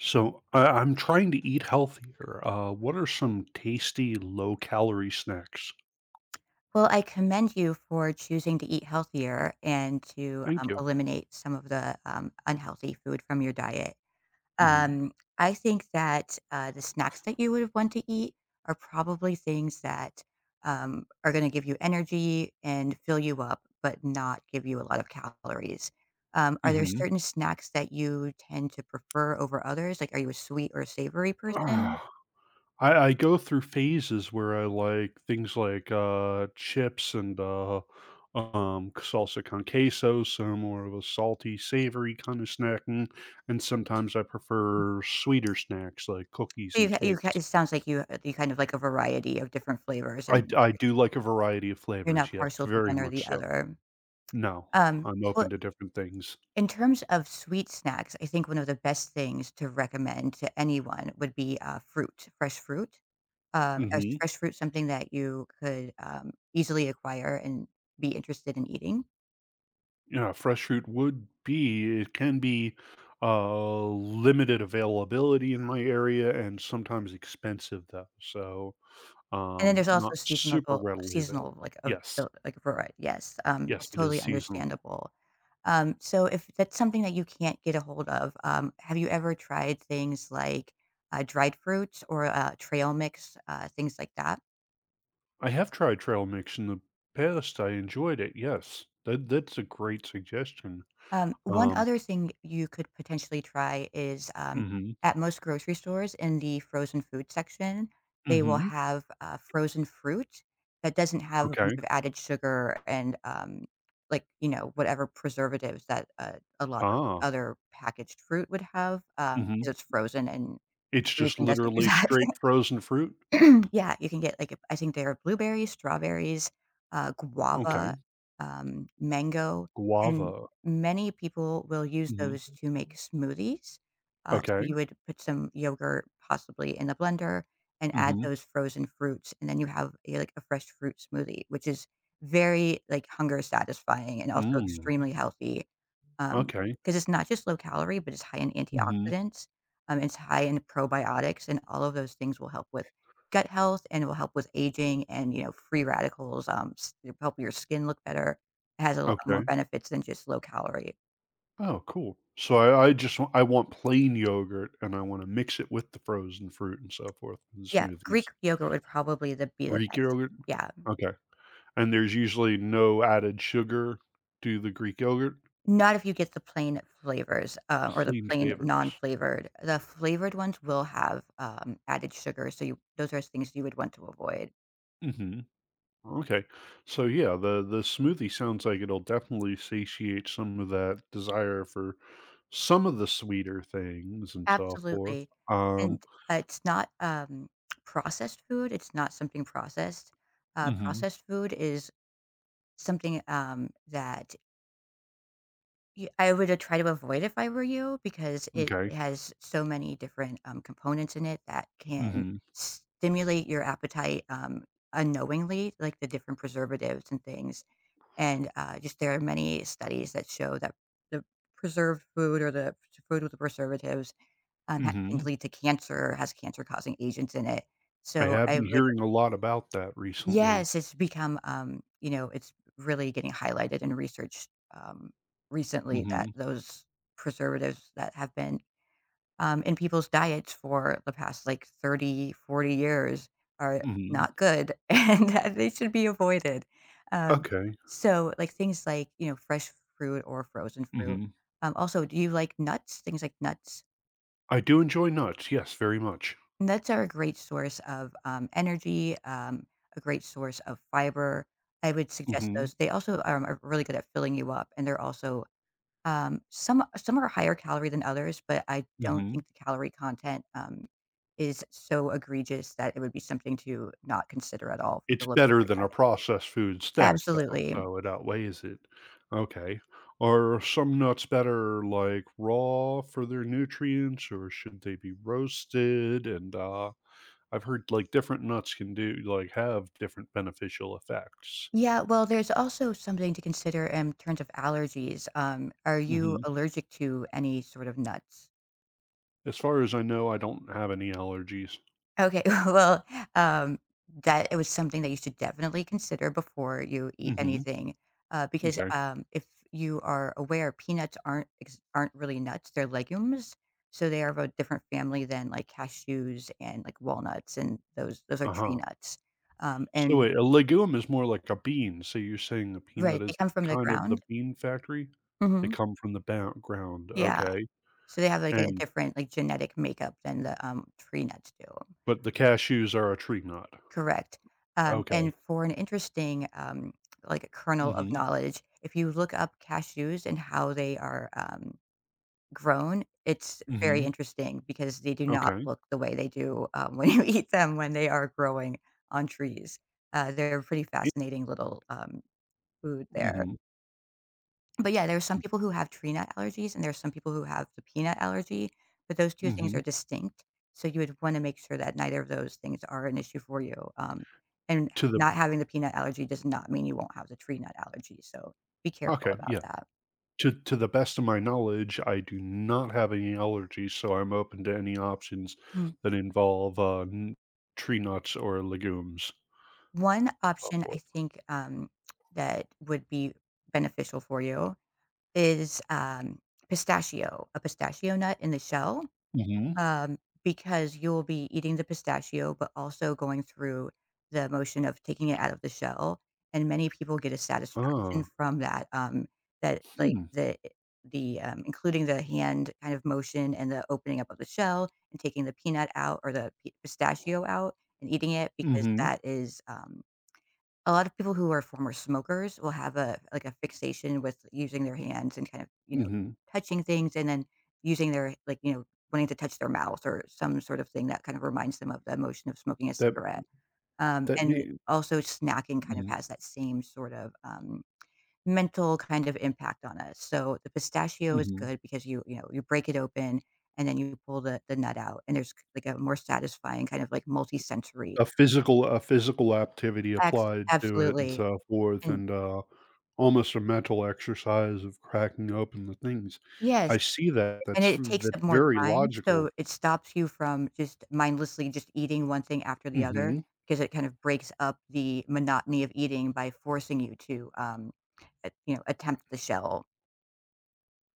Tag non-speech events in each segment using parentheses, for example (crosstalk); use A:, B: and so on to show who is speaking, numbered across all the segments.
A: So I'm trying to eat healthier. What are some tasty low-calorie snacks?
B: Well, I commend you for choosing to eat healthier and to
A: Thank you.
B: eliminate some of the unhealthy food from your diet.
A: Mhm.
B: Um, I think that, the snacks that you would want to eat are probably things that, are gonna give you energy and fill you up, but not give you a lot of calories. Are there
A: Mhm.
B: certain snacks that you tend to prefer over others? Like, are you a sweet or savory person?
A: Ah, I go through phases where I like things like, chips and salsa con queso, so more of a salty, savory kind of snacking, and sometimes I prefer sweeter snacks like cookies
B: So
A: and
B: you ha
A: cakes.
B: it sounds like you kind of like a variety of different flavors,
A: I
B: and
A: d I do like a variety of
B: you're not
A: flavors, yes,
B: partial to
A: very
B: one or the
A: much so.
B: other.
A: No,
B: Um,
A: I'm
B: well,
A: open to different things.
B: in terms of sweet snacks, I think one of the best things to recommend to anyone would be, fruit, fresh fruit. Is
A: Mhm.
B: fresh fruit something that you could, easily acquire and be interested in eating?
A: Yeah, fresh fruit would be it can be limited availability in my area and sometimes expensive though. So
B: And then there's also
A: not super
B: seasonal
A: readily available.
B: seasonal, like, of
A: Yes.
B: like, variety, yes,
A: Yes,
B: that's
A: it is
B: totally
A: seasonal.
B: understandable. So if that's something that you can't get a hold of, have you ever tried things like, dried fruits or, trail mix, things like that?
A: I have tried trail mix in the past. I enjoyed it. Yes. That's a great suggestion.
B: One
A: Um
B: other thing you could potentially try is,
A: mhm.
B: at most grocery stores in the frozen food section, they will
A: Mhm.
B: have, frozen fruit that doesn't have a
A: Okay.
B: bunch of added sugar and, like, you know, whatever preservatives that, a lot of
A: Ah.
B: other packaged fruit would have,
A: Mhm.
B: 'cause it's frozen and
A: It's just
B: freezing doesn't do
A: literally
B: that.
A: straight
B: (laughs)
A: frozen fruit.
B: (clears throat) Yeah, you can get, like, I think there are blueberries, strawberries, guava,
A: Okay.
B: mango, and
A: Guava.
B: many people will use
A: Mhm.
B: those to make smoothies. So
A: Okay.
B: you would put some yogurt possibly in the blender and add
A: Mhm.
B: those frozen fruits, and then you have a fresh fruit smoothie, which is very, like, hunger satisfying and also
A: Mm.
B: extremely healthy,
A: Okay.
B: because it's not just low calorie, but it's high in
A: Mhm.
B: antioxidants, it's high in probiotics, and all of those things will help with gut health, and it will help with aging and, you know, free radicals, s it'll help your skin look better. It has a lot more
A: Okay.
B: benefits than just low calorie.
A: Oh, cool. So I want plain yogurt, and I wanna mix it with the frozen fruit and so forth in
B: Yeah,
A: smoothies.
B: Greek yogurt would probably the
A: Greek
B: best.
A: yogurt?
B: Yeah.
A: Okay. And there's usually no added sugar to the Greek yogurt?
B: Not if you get the plain flavors, or the
A: Plain
B: plain
A: favorite.
B: non-flavored. The flavored ones will have, added sugar, so you those are things you would want to avoid.
A: Mhm. Okay. So, yeah, the smoothie sounds like it'll definitely satiate some of that desire for some of the sweeter things and so forth.
B: Absolutely.
A: Um.
B: And, it's not, processed food, it's not something processed.
A: Mhm.
B: Processed food is something, that Y I would, try to avoid if I were you because it
A: Okay.
B: has so many different, components in it that can
A: Mhm.
B: stimulate your appetite, unknowingly, like the different preservatives and things, and, just there are many studies that show that the preserved food or the food with the preservatives, ha can
A: Mhm.
B: lead to cancer, has cancer-causing agents in it,
A: I
B: so
A: have
B: I
A: been
B: would.
A: hearing a lot about that recently.
B: Yes, it's become, you know, it's really getting highlighted in research um, recently that
A: Mhm,
B: those preservatives that have been in people's diets for the past like 30-40 years are
A: mhm.
B: not good (laughs) and that they should be avoided. Um,
A: Okay,
B: so, like things like, you know, fresh fruit or frozen fruit.
A: mhm.
B: Also, do you like nuts? Things like nuts?
A: I do enjoy nuts, yes, very much.
B: And nuts are a great source of, energy, a great source of fiber. I would suggest
A: Mhm,
B: those. They also, are really good at filling you up, and they're also, some are higher calorie than others, but I don't
A: mhm.
B: think the calorie content, is so egregious that it would be something to not consider at all with a
A: It's better
B: low-calorie
A: than a
B: diet.
A: processed food snack, though,
B: Absolutely.
A: so it outweighs it. Okay. Are some nuts better, like, raw for their nutrients, or should they be roasted? I've heard, like, different nuts can do like, have different beneficial effects.
B: Yeah, well, there's also something to consider in terms of allergies. Are you
A: Mhm.
B: allergic to any sort of nuts?
A: As far as I know, I don't have any allergies.
B: Okay, (laughs) well, um, that it was something that you should definitely consider before you eat
A: Mhm,
B: anything, because
A: m'kay.
B: if you are aware, peanuts aren't really nuts; they're legumes, so they are of a different family than like cashews and like walnuts, and those are tree
A: Uh-huh.
B: nuts.
A: So
B: And
A: wait, a legume is more like a bean, so you're saying the
B: right,
A: peanut
B: they
A: is
B: come from the
A: kind of the
B: ground.
A: bean factory? They
B: Hmm.
A: come from the bou ground,
B: Yeah,
A: okay,
B: so they have like a
A: and
B: different like genetic makeup than the tree nuts do.
A: but the cashews are a tree nut.
B: Correct.
A: Okay.
B: And for an interesting, like a kernel of
A: Mhm,
B: knowledge, if you look up cashews and how they are grown, it's very
A: mhm,
B: interesting because they do not
A: okay.
B: look the way they do (laughs) when you eat them when they are growing on trees. They're a pretty
A: I
B: fascinating little food there.
A: mhm,
B: But yeah, there are some people who have tree nut allergies and there are some people who have the peanut allergy, but those 2 things
A: mhm.
B: are distinct. So you would wanna make sure that neither of those things are an issue for you, and
A: To the
B: not having the peanut allergy does not mean you won't have the tree nut allergy, so be careful
A: okay,
B: about
A: yeah.
B: that.
A: To the best of my knowledge, I do not have any allergies, so I'm open to any options
B: Mm.
A: that involve, n tree nuts or legumes,
B: One
A: so
B: option I
A: forth.
B: think, that would be beneficial for you is, pistachio, a pistachio nut in the shell
A: Mhm.
B: um, because you'll be eating the pistachio, but also going through the motion of taking it out of the shell. And many people get a satisfaction
A: Oh,
B: from that. That like
A: hmm.
B: the including the hand kind of motion and the opening up of the shell and taking the peanut out or the pistachio out and eating it because
A: Mhm,
B: that is a lot of people who are former smokers will have a like a fixation with using their hands and kind of, you know,
A: mhm.
B: touching things and then using their like, you know, wanting to touch their mouth or some sort of thing that kind of reminds them of the emotion of smoking a
A: That
B: cigarette.
A: that
B: And
A: you.
B: also snacking kind of
A: Mhm,
B: has that same sort of mental kind of impact on us. So the pistachio is
A: mhm.
B: good because you know, you break it open and then you pull the nut out and there's like a more satisfying kind of like multi-sensory.
A: A physical activity applied to it and Mm.
B: Absolutely.
A: so forth,
B: And
A: and, almost a mental exercise of cracking open the things.
B: yes.
A: I see that,
B: And
A: that's
B: it takes
A: that's
B: up more
A: very
B: time,
A: logical.
B: so it stops you from just mindlessly just eating one thing after the other,
A: Mhm.
B: because it kind of breaks up the monotony of eating by forcing you to, a you know, attempt the shell.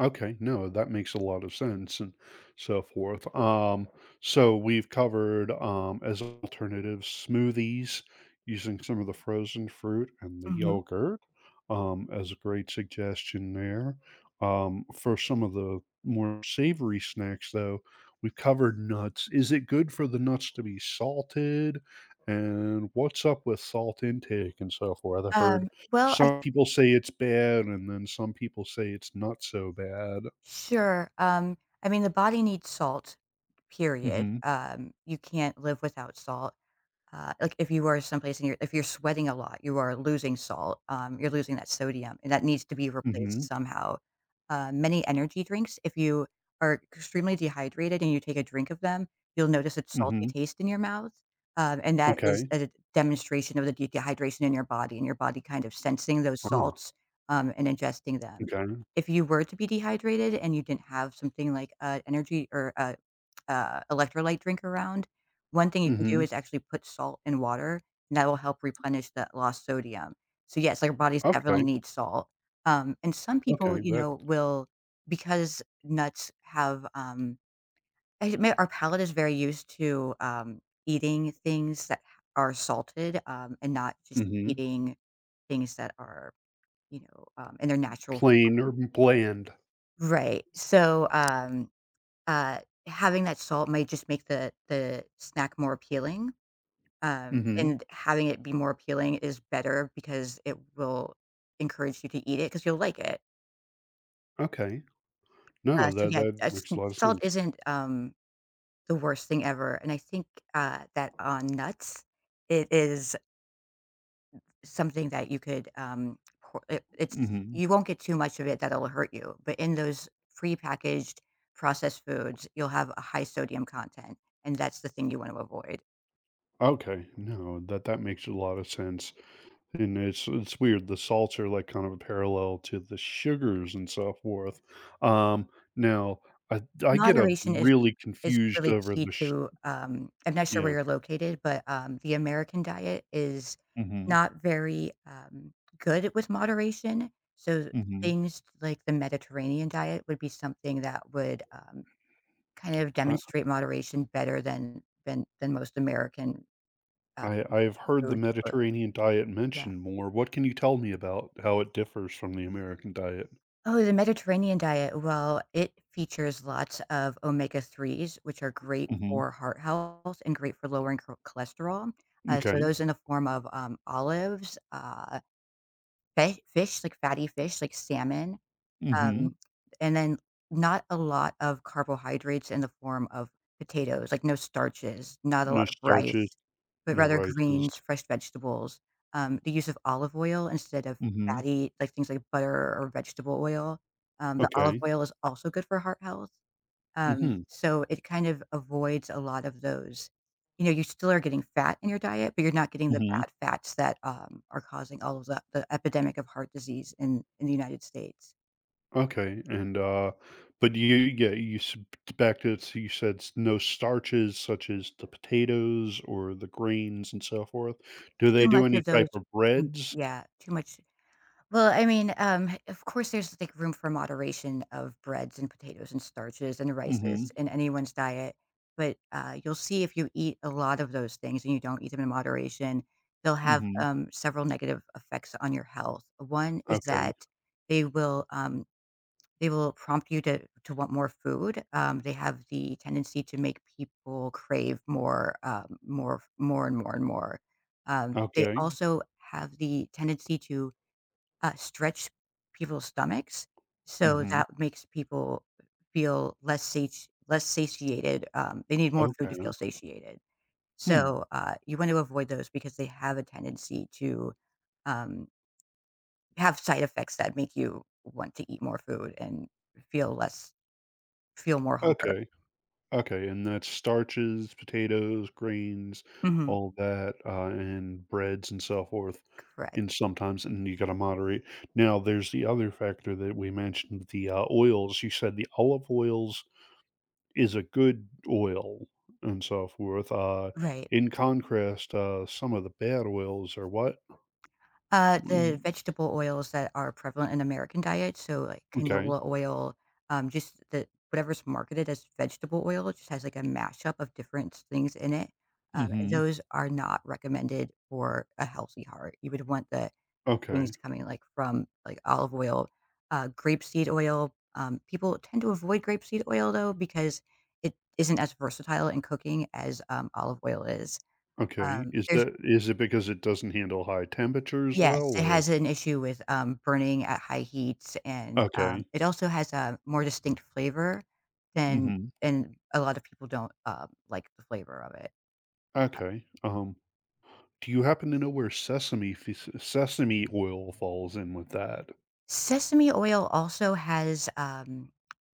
A: Okay, no, that makes a lot of sense and so forth. So we've covered as alternatives smoothies using some of the frozen fruit and the
B: Mhm.
A: yogurt as a great suggestion there. For some of the more savory snacks, though, we've covered nuts. Is it good for the nuts to be salted? And what's up with salt intake and so forth? I've heard
B: Well, I
A: some people say it's bad, and then some people say it's not so bad.
B: Sure, I mean, the body needs salt, period,
A: Mhm,
B: you can't live without salt. Like if you are someplace and you're if you're sweating a lot, you are losing salt, you're losing that sodium, and that needs to be replaced
A: mhm,
B: somehow. Many energy drinks, if you are extremely dehydrated and you take a drink of them, you'll notice a salty
A: mhm.
B: taste in your mouth, and that is
A: Okay.
B: a demonstration of the dehydration in your body and your body kind of sensing those
A: Huh.
B: salts and ingesting them.
A: Okay.
B: If you were to be dehydrated and you didn't have something like an energy or a electrolyte drink around, one thing you can do
A: Mhm.
B: is actually put salt in water, and that will help replenish that lost sodium. So, yes, our bodies definitely
A: Okay,
B: need salt. And some people,
A: okay,
B: you
A: that
B: know, will because nuts have I admit our palate is very used to eating things that are salted and not just
A: mhm.
B: eating things that are, you know, in their natural.
A: Plain or bland.
B: Right. So, uh, having that salt might just make the snack more appealing,
A: Mhm.
B: and having it be more appealing is better because it will encourage you to eat it because 'cause you'll like it.
A: Okay. No,
B: So
A: that
B: yeah, s
A: makes a lot of
B: salt
A: sense.
B: isn't, the worst thing ever, and I think, that on nuts, it is something that you could, pour it's
A: Mhm.
B: you won't get too much of it that'll hurt you, but in those prepackaged processed foods, you'll have a high sodium content, and that's the thing you want to avoid.
A: Okay, no, that makes a lot of sense, and it's weird, the salts are, like, kind of a parallel to the sugars and so forth. Um, now I get, a
B: Moderation is
A: really
B: is
A: confused
B: really
A: over
B: key
A: the sh
B: to, I'm not sure where
A: yeah.
B: you're located, but, the American diet is
A: Mhm,
B: not very, good with moderation, so
A: mhm.
B: things like the Mediterranean diet would be something that would, kind of
A: I
B: demonstrate moderation better than than most American, uh,
A: I've heard the
B: foods.
A: Mediterranean diet
B: Yeah.
A: mentioned more. What can you tell me about how it differs from the American diet?
B: Oh, the Mediterranean diet, well, it features lots of omega-3s, which are great
A: Mhm.
B: for heart health and great for lowering cholesterol. So
A: M'kay.
B: those in the form of, olives, fe fish, like fatty fish, like salmon,
A: Mhm.
B: um, and then not a lot of carbohydrates in the form of potatoes, like no starches, not a
A: No
B: lot of
A: starches,
B: rice, but
A: no
B: rather
A: rices.
B: greens, fresh vegetables, the use of olive oil instead of
A: Mhm.
B: fatty, like things like butter or vegetable oil. The olive
A: Okay.
B: oil is also good for heart health. Um,
A: Mhm.
B: so it kind of avoids a lot of those. You know, you still are getting fat in your diet, but you're not getting the
A: Mhm.
B: bad fats that are causing all of the epidemic of heart disease in the United States.
A: Okay, and, but you yeah, you s back to so you said s no starches such as the potatoes or the grains and so forth. Do
B: Too
A: they do
B: much
A: any
B: of those
A: type of breads?
B: yeah, too much. Well, I mean, of course, there's, like, room for moderation of breads and potatoes and starches and
A: Mhm,
B: rices in anyone's diet, but, you'll see if you eat a lot of those things and you don't eat them in moderation, they'll have,
A: mhm.
B: several negative effects on your health. One is
A: Okay,
B: that they will, um they will prompt you to want more food. They have the tendency to make people crave more, and more and more. They
A: okay.
B: also have the tendency to stretch people's stomachs, so
A: Mhm.
B: that makes people feel less satiated. They need more food to
A: Okay.
B: feel satiated.
A: Hmm.
B: So you want to avoid those because they have a tendency to um, have side effects that make you want to eat more food and feel less feel more hunger.
A: Okay. Okay. And that's starches, potatoes, grains,
B: Mhm.
A: all that, and breads and so forth.
B: Correct.
A: And sometimes, and you got to moderate. Now, there's the other factor that we mentioned the oils. You said the olive oils is a good oil and so forth. Uh,
B: Right.
A: in contrast, some of the bad oils are what?
B: The
A: Mm,
B: vegetable oils that are prevalent in American diet, so like
A: Okay.
B: canola oil, just the whatever's marketed as vegetable oil, it just has like a mashup of different things in it. And
A: hmm
B: those are not recommended for a healthy heart. You would want the things
A: Okay.
B: coming like from like olive oil, grapeseed oil. People tend to avoid grapeseed oil though because it isn't as versatile in cooking as olive oil is.
A: Okay. Is
B: There's
A: that is it because it doesn't handle high temperatures well,
B: Yes, it has
A: or
B: an issue with, burning at high heats, and,
A: Okay.
B: it also has a more distinct flavor than,
A: Mhm.
B: and a lot of people don't, like the flavor of it.
A: Okay. Do you happen to know where sesame oil falls in with that?
B: Sesame oil also has,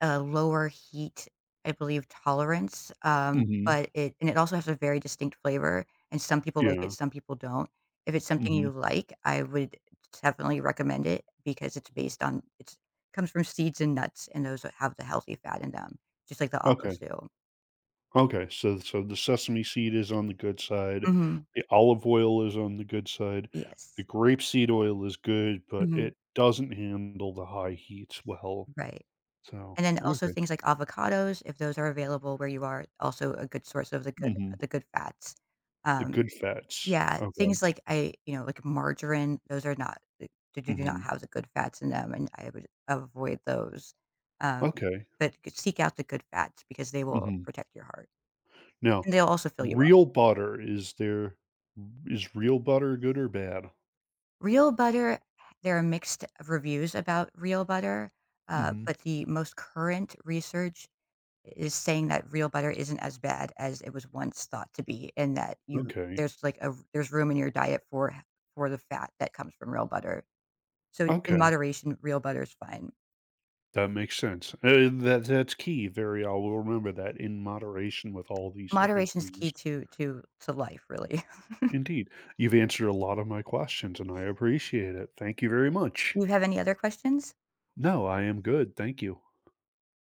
B: a lower heat, I believe, tolerance, um,
A: Mhm.
B: but it and it also has a very distinct flavor, and some people like it,
A: Yeah.
B: some people don't. If it's something you
A: Mhm.
B: like, I would definitely recommend it because it's based on it's comes from seeds and nuts, and those that have the healthy fat in them, just like the olives
A: Okay.
B: do.
A: Okay. So so the sesame seed is on the good side,
B: Mhm.
A: the olive oil is on the good side, the
B: Yes.
A: grapeseed oil is good, but
B: Mhm.
A: it doesn't handle the high heats well.
B: Right.
A: So,
B: And then also
A: okay.
B: things like avocados, if those are available where you are, also a good source of
A: Mhm.
B: the good fats,
A: The
B: um.
A: good fats.
B: Yeah,
A: Okay.
B: things like I, like margarine, those are not they they do not
A: Mhm.
B: have the good fats in them, and I would avoid those. Um,
A: Okay.
B: but c seek out the good fats because they will
A: Mhm.
B: protect your heart,
A: Now,
B: and they'll also fill you up.
A: real butter, is there is real butter good or bad?
B: Real butter, there are mixed reviews about real butter,
A: Mhm.
B: but the most current research is saying that real butter isn't as bad as it was once thought to be, and that you
A: Okay,
B: there's like a there's room in your diet for the fat that comes from real butter. So in
A: okay,
B: moderation, real butter is fine.
A: that makes sense. That's key, very I will remember that in moderation with all these different
B: Moderation is key
A: things.
B: to life, really. (laughs)
A: Indeed, you've answered a lot of my questions, and I appreciate it. Thank you very much.
B: You have any other questions?
A: No, I am good, thank you.